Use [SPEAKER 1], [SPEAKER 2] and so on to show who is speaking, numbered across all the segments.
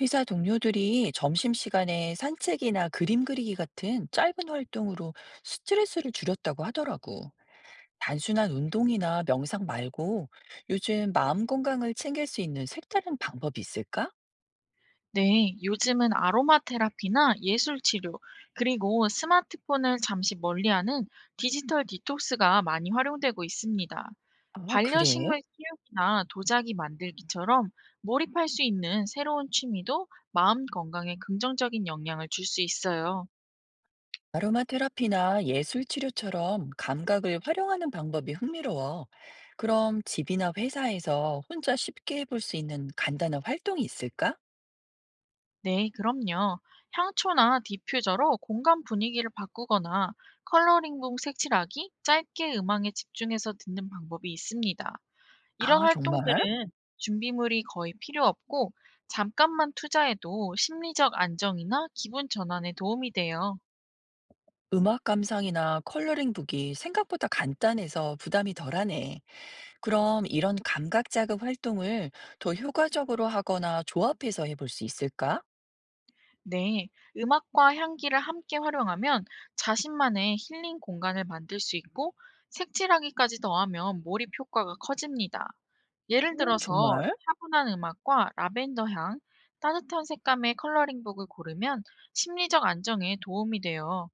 [SPEAKER 1] 회사 동료들이 점심시간에 산책이나 그림 그리기 같은 짧은 활동으로 스트레스를 줄였다고 하더라고. 단순한 운동이나 명상 말고 요즘 마음 건강을 챙길 수 있는 색다른 방법이 있을까?
[SPEAKER 2] 네, 요즘은 아로마 테라피나 예술 치료, 그리고 스마트폰을 잠시 멀리하는 디지털 디톡스가 많이 활용되고 있습니다.
[SPEAKER 1] 아, 그래?
[SPEAKER 2] 반려식물 키우기나 도자기 만들기처럼 몰입할 수 있는 새로운 취미도 마음 건강에 긍정적인 영향을 줄 수 있어요.
[SPEAKER 1] 아로마 테라피나 예술 치료처럼 감각을 활용하는 방법이 흥미로워. 그럼 집이나 회사에서 혼자 쉽게 해볼 수 있는 간단한 활동이 있을까?
[SPEAKER 2] 네, 그럼요. 향초나 디퓨저로 공간 분위기를 바꾸거나 컬러링북 색칠하기, 짧게 음악에 집중해서 듣는 방법이 있습니다. 이런
[SPEAKER 1] 아, 정말?
[SPEAKER 2] 활동들은 준비물이 거의 필요 없고 잠깐만 투자해도 심리적 안정이나 기분 전환에 도움이 돼요.
[SPEAKER 1] 음악 감상이나 컬러링북이 생각보다 간단해서 부담이 덜하네. 그럼 이런 감각 자극 활동을 더 효과적으로 하거나 조합해서 해볼 수 있을까?
[SPEAKER 2] 네, 음악과 향기를 함께 활용하면 자신만의 힐링 공간을 만들 수 있고 색칠하기까지 더하면 몰입 효과가 커집니다. 예를
[SPEAKER 1] 오,
[SPEAKER 2] 들어서
[SPEAKER 1] 정말?
[SPEAKER 2] 차분한 음악과 라벤더 향, 따뜻한 색감의 컬러링북을 고르면 심리적 안정에 도움이 돼요.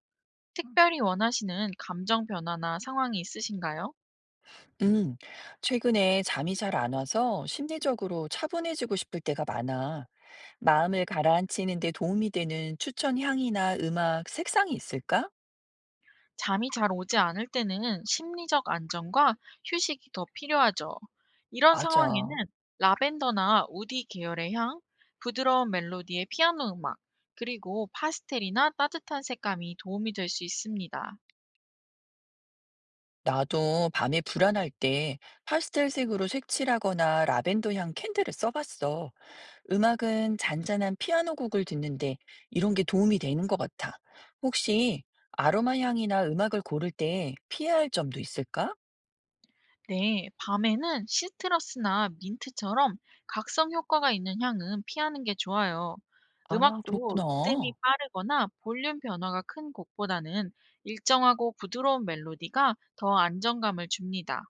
[SPEAKER 2] 특별히 원하시는 감정 변화나 상황이 있으신가요?
[SPEAKER 1] 음, 최근에 잠이 잘 안 와서 심리적으로 차분해지고 싶을 때가 많아. 마음을 가라앉히는 데 도움이 되는 추천 향이나 음악, 색상이 있을까?
[SPEAKER 2] 잠이 잘 오지 않을 때는 심리적 안정과 휴식이 더 필요하죠. 이런
[SPEAKER 1] 맞아.
[SPEAKER 2] 상황에는 라벤더나 우디 계열의 향, 부드러운 멜로디의 피아노 음악, 그리고 파스텔이나 따뜻한 색감이 도움이 될 수 있습니다.
[SPEAKER 1] 나도 밤에 불안할 때 파스텔 색으로 색칠하거나 라벤더 향 캔들을 써봤어. 음악은 잔잔한 피아노 곡을 듣는데 이런 게 도움이 되는 것 같아. 혹시 아로마 향이나 음악을 고를 때 피해야 할 점도 있을까?
[SPEAKER 2] 네, 밤에는 시트러스나 민트처럼 각성 효과가 있는 향은 피하는 게 좋아요.
[SPEAKER 1] 아,
[SPEAKER 2] 음악도 리듬이
[SPEAKER 1] 그렇구나.
[SPEAKER 2] 빠르거나 볼륨 변화가 큰 곡보다는 일정하고 부드러운 멜로디가 더 안정감을 줍니다.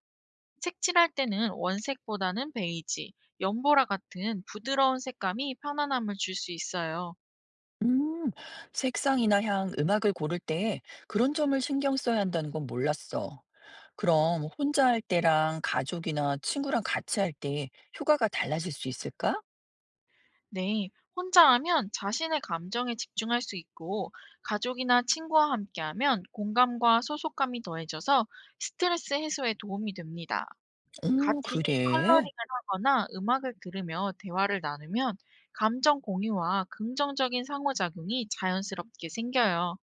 [SPEAKER 2] 색칠할 때는 원색보다는 베이지, 연보라 같은 부드러운 색감이 편안함을 줄 수 있어요.
[SPEAKER 1] 음, 색상이나 향, 음악을 고를 때 그런 점을 신경 써야 한다는 건 몰랐어. 그럼 혼자 할 때랑 가족이나 친구랑 같이 할 때 효과가 달라질 수 있을까?
[SPEAKER 2] 네, 혼자 하면 자신의 감정에 집중할 수 있고, 가족이나 친구와 함께 하면 공감과 소속감이 더해져서 스트레스 해소에 도움이 됩니다.
[SPEAKER 1] 오,
[SPEAKER 2] 같이
[SPEAKER 1] 그래.
[SPEAKER 2] 컬러링을 하거나 음악을 들으며 대화를 나누면 감정 공유와 긍정적인 상호작용이 자연스럽게 생겨요.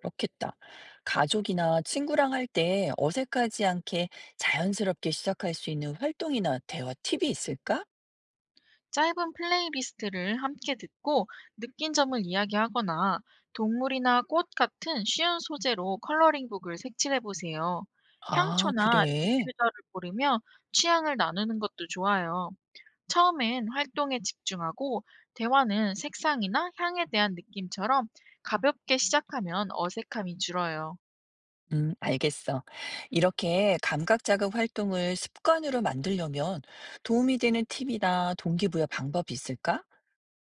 [SPEAKER 1] 그렇겠다. 가족이나 친구랑 할 때 어색하지 않게 자연스럽게 시작할 수 있는 활동이나 대화 팁이 있을까?
[SPEAKER 2] 짧은 플레이리스트를 함께 듣고 느낀 점을 이야기하거나 동물이나 꽃 같은 쉬운 소재로 컬러링북을 색칠해 보세요.
[SPEAKER 1] 아,
[SPEAKER 2] 향초나
[SPEAKER 1] 그래.
[SPEAKER 2] 디퓨저를 고르며 취향을 나누는 것도 좋아요. 처음엔 활동에 집중하고 대화는 색상이나 향에 대한 느낌처럼 가볍게 시작하면 어색함이 줄어요.
[SPEAKER 1] 알겠어. 이렇게 감각 자극 활동을 습관으로 만들려면 도움이 되는 팁이나 동기부여 방법이 있을까?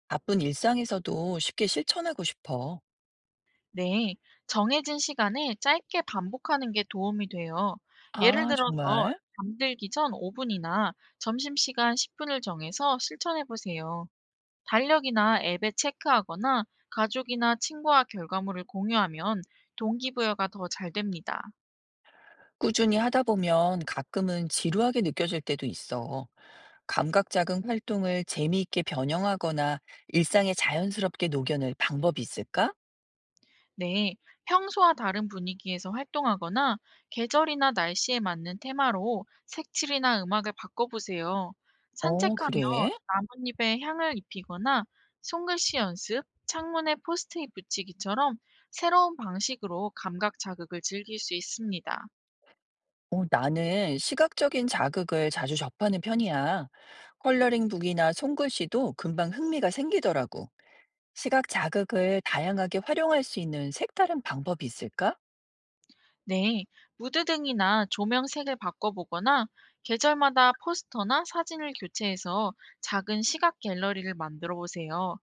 [SPEAKER 1] 바쁜 일상에서도 쉽게 실천하고 싶어.
[SPEAKER 2] 네, 정해진 시간에 짧게 반복하는 게 도움이 돼요. 예를
[SPEAKER 1] 아,
[SPEAKER 2] 들어서
[SPEAKER 1] 정말?
[SPEAKER 2] 잠들기 전 5분이나 점심시간 10분을 정해서 실천해 보세요. 달력이나 앱에 체크하거나 가족이나 친구와 결과물을 공유하면 동기부여가 더 잘 됩니다.
[SPEAKER 1] 꾸준히 하다 보면 가끔은 지루하게 느껴질 때도 있어. 감각 자극 활동을 재미있게 변형하거나 일상에 자연스럽게 녹여낼 방법이 있을까?
[SPEAKER 2] 네, 평소와 다른 분위기에서 활동하거나 계절이나 날씨에 맞는 테마로 색칠이나 음악을 바꿔보세요.
[SPEAKER 1] 어,
[SPEAKER 2] 산책하며
[SPEAKER 1] 그래?
[SPEAKER 2] 나뭇잎에 향을 입히거나 손글씨 연습, 창문에 포스트잇 붙이기처럼 새로운 방식으로 감각 자극을 즐길 수 있습니다.
[SPEAKER 1] 어, 나는 시각적인 자극을 자주 접하는 편이야. 컬러링북이나 손글씨도 금방 흥미가 생기더라고. 시각 자극을 다양하게 활용할 수 있는 색다른 방법이 있을까?
[SPEAKER 2] 네, 무드 등이나 조명 색을 바꿔보거나 계절마다 포스터나 사진을 교체해서 작은 시각 갤러리를 만들어 보세요.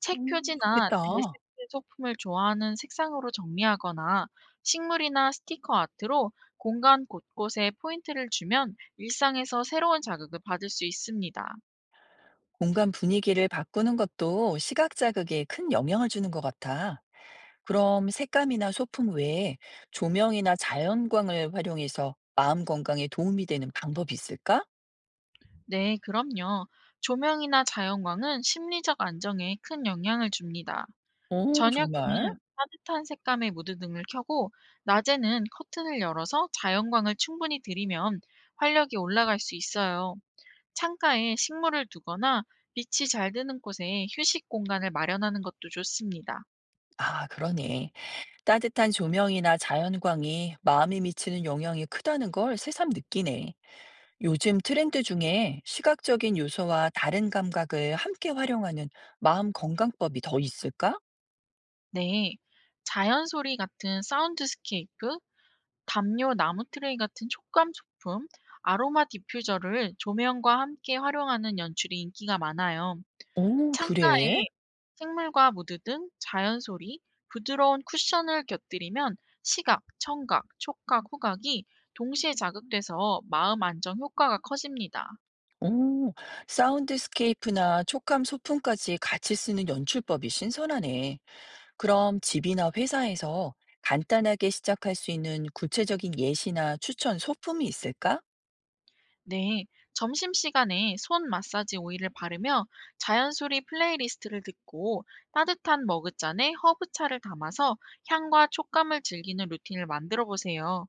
[SPEAKER 2] 책 표지나
[SPEAKER 1] 좋겠다.
[SPEAKER 2] 데스크 소품을 좋아하는 색상으로 정리하거나 식물이나 스티커 아트로 공간 곳곳에 포인트를 주면 일상에서 새로운 자극을 받을 수 있습니다.
[SPEAKER 1] 공간 분위기를 바꾸는 것도 시각 자극에 큰 영향을 주는 것 같아. 그럼 색감이나 소품 외에 조명이나 자연광을 활용해서 마음 건강에 도움이 되는 방법이 있을까?
[SPEAKER 2] 네, 그럼요. 조명이나 자연광은 심리적 안정에 큰 영향을 줍니다.
[SPEAKER 1] 오, 정말?
[SPEAKER 2] 저녁에는 따뜻한 색감의 무드등을 켜고 낮에는 커튼을 열어서 자연광을 충분히 들이면 활력이 올라갈 수 있어요. 창가에 식물을 두거나 빛이 잘 드는 곳에 휴식 공간을 마련하는 것도 좋습니다.
[SPEAKER 1] 아, 그러네. 따뜻한 조명이나 자연광이 마음에 미치는 영향이 크다는 걸 새삼 느끼네. 요즘 트렌드 중에 시각적인 요소와 다른 감각을 함께 활용하는 마음 건강법이 더 있을까?
[SPEAKER 2] 네. 자연 소리 같은 사운드스케이프 담요 나무 트레이 같은 촉감 소품, 아로마 디퓨저를 조명과 함께 활용하는 연출이 인기가 많아요.
[SPEAKER 1] 오, 그래?
[SPEAKER 2] 창가에 식물과 무드 등 자연 소리, 부드러운 쿠션을 곁들이면 시각, 청각, 촉각, 후각이 동시에 자극돼서 마음 안정 효과가 커집니다.
[SPEAKER 1] 오, 사운드스케이프나 촉감 소품까지 같이 쓰는 연출법이 신선하네. 그럼 집이나 회사에서 간단하게 시작할 수 있는 구체적인 예시나 추천 소품이 있을까?
[SPEAKER 2] 네, 점심시간에 손 마사지 오일을 바르며 자연소리 플레이리스트를 듣고 따뜻한 머그잔에 허브차를 담아서 향과 촉감을 즐기는 루틴을 만들어 보세요.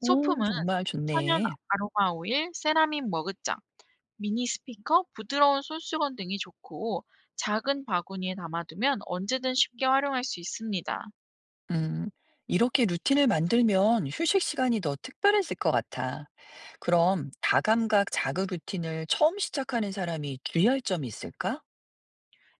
[SPEAKER 1] 오,
[SPEAKER 2] 소품은
[SPEAKER 1] 정말
[SPEAKER 2] 천연
[SPEAKER 1] 좋네.
[SPEAKER 2] 아로마 오일, 세라믹 머그잔, 미니 스피커, 부드러운 손수건 등이 좋고 작은 바구니에 담아두면 언제든 쉽게 활용할 수 있습니다.
[SPEAKER 1] 음, 이렇게 루틴을 만들면 휴식 시간이 더 특별해질 것 같아. 그럼 다감각 자극 루틴을 처음 시작하는 사람이 주의할 점이 있을까?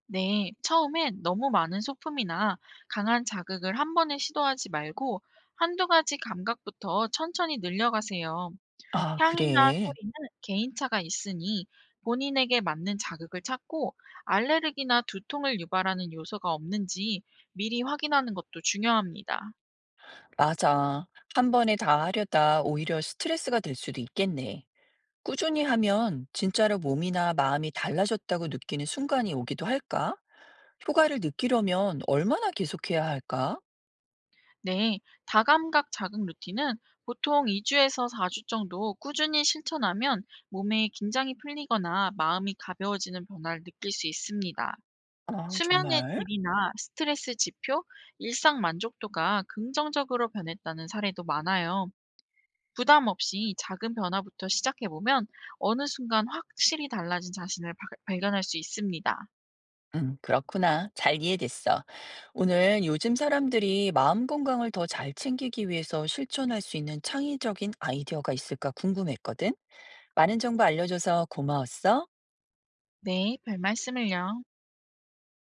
[SPEAKER 2] 네, 처음엔 너무 많은 소품이나 강한 자극을 한 번에 시도하지 말고 한두 가지 감각부터 천천히 늘려가세요.
[SPEAKER 1] 아,
[SPEAKER 2] 향이나
[SPEAKER 1] 그래.
[SPEAKER 2] 소리는 개인차가 있으니 본인에게 맞는 자극을 찾고 알레르기나 두통을 유발하는 요소가 없는지 미리 확인하는 것도 중요합니다.
[SPEAKER 1] 맞아. 한 번에 다 하려다 오히려 스트레스가 될 수도 있겠네. 꾸준히 하면 진짜로 몸이나 마음이 달라졌다고 느끼는 순간이 오기도 할까? 효과를 느끼려면 얼마나 계속해야 할까?
[SPEAKER 2] 네, 다감각 자극 루틴은 보통 2주에서 4주 정도 꾸준히 실천하면 몸에 긴장이 풀리거나 마음이 가벼워지는 변화를 느낄 수 있습니다.
[SPEAKER 1] 아,
[SPEAKER 2] 수면의
[SPEAKER 1] 정말?
[SPEAKER 2] 질이나 스트레스 지표, 일상 만족도가 긍정적으로 변했다는 사례도 많아요. 부담 없이 작은 변화부터 시작해보면 어느 순간 확실히 달라진 자신을 발견할 수 있습니다.
[SPEAKER 1] 그렇구나. 잘 이해됐어. 오늘 요즘 사람들이 마음 건강을 더 잘 챙기기 위해서 실천할 수 있는 창의적인 아이디어가 있을까 궁금했거든. 많은 정보 알려줘서 고마웠어.
[SPEAKER 2] 네, 별 말씀을요.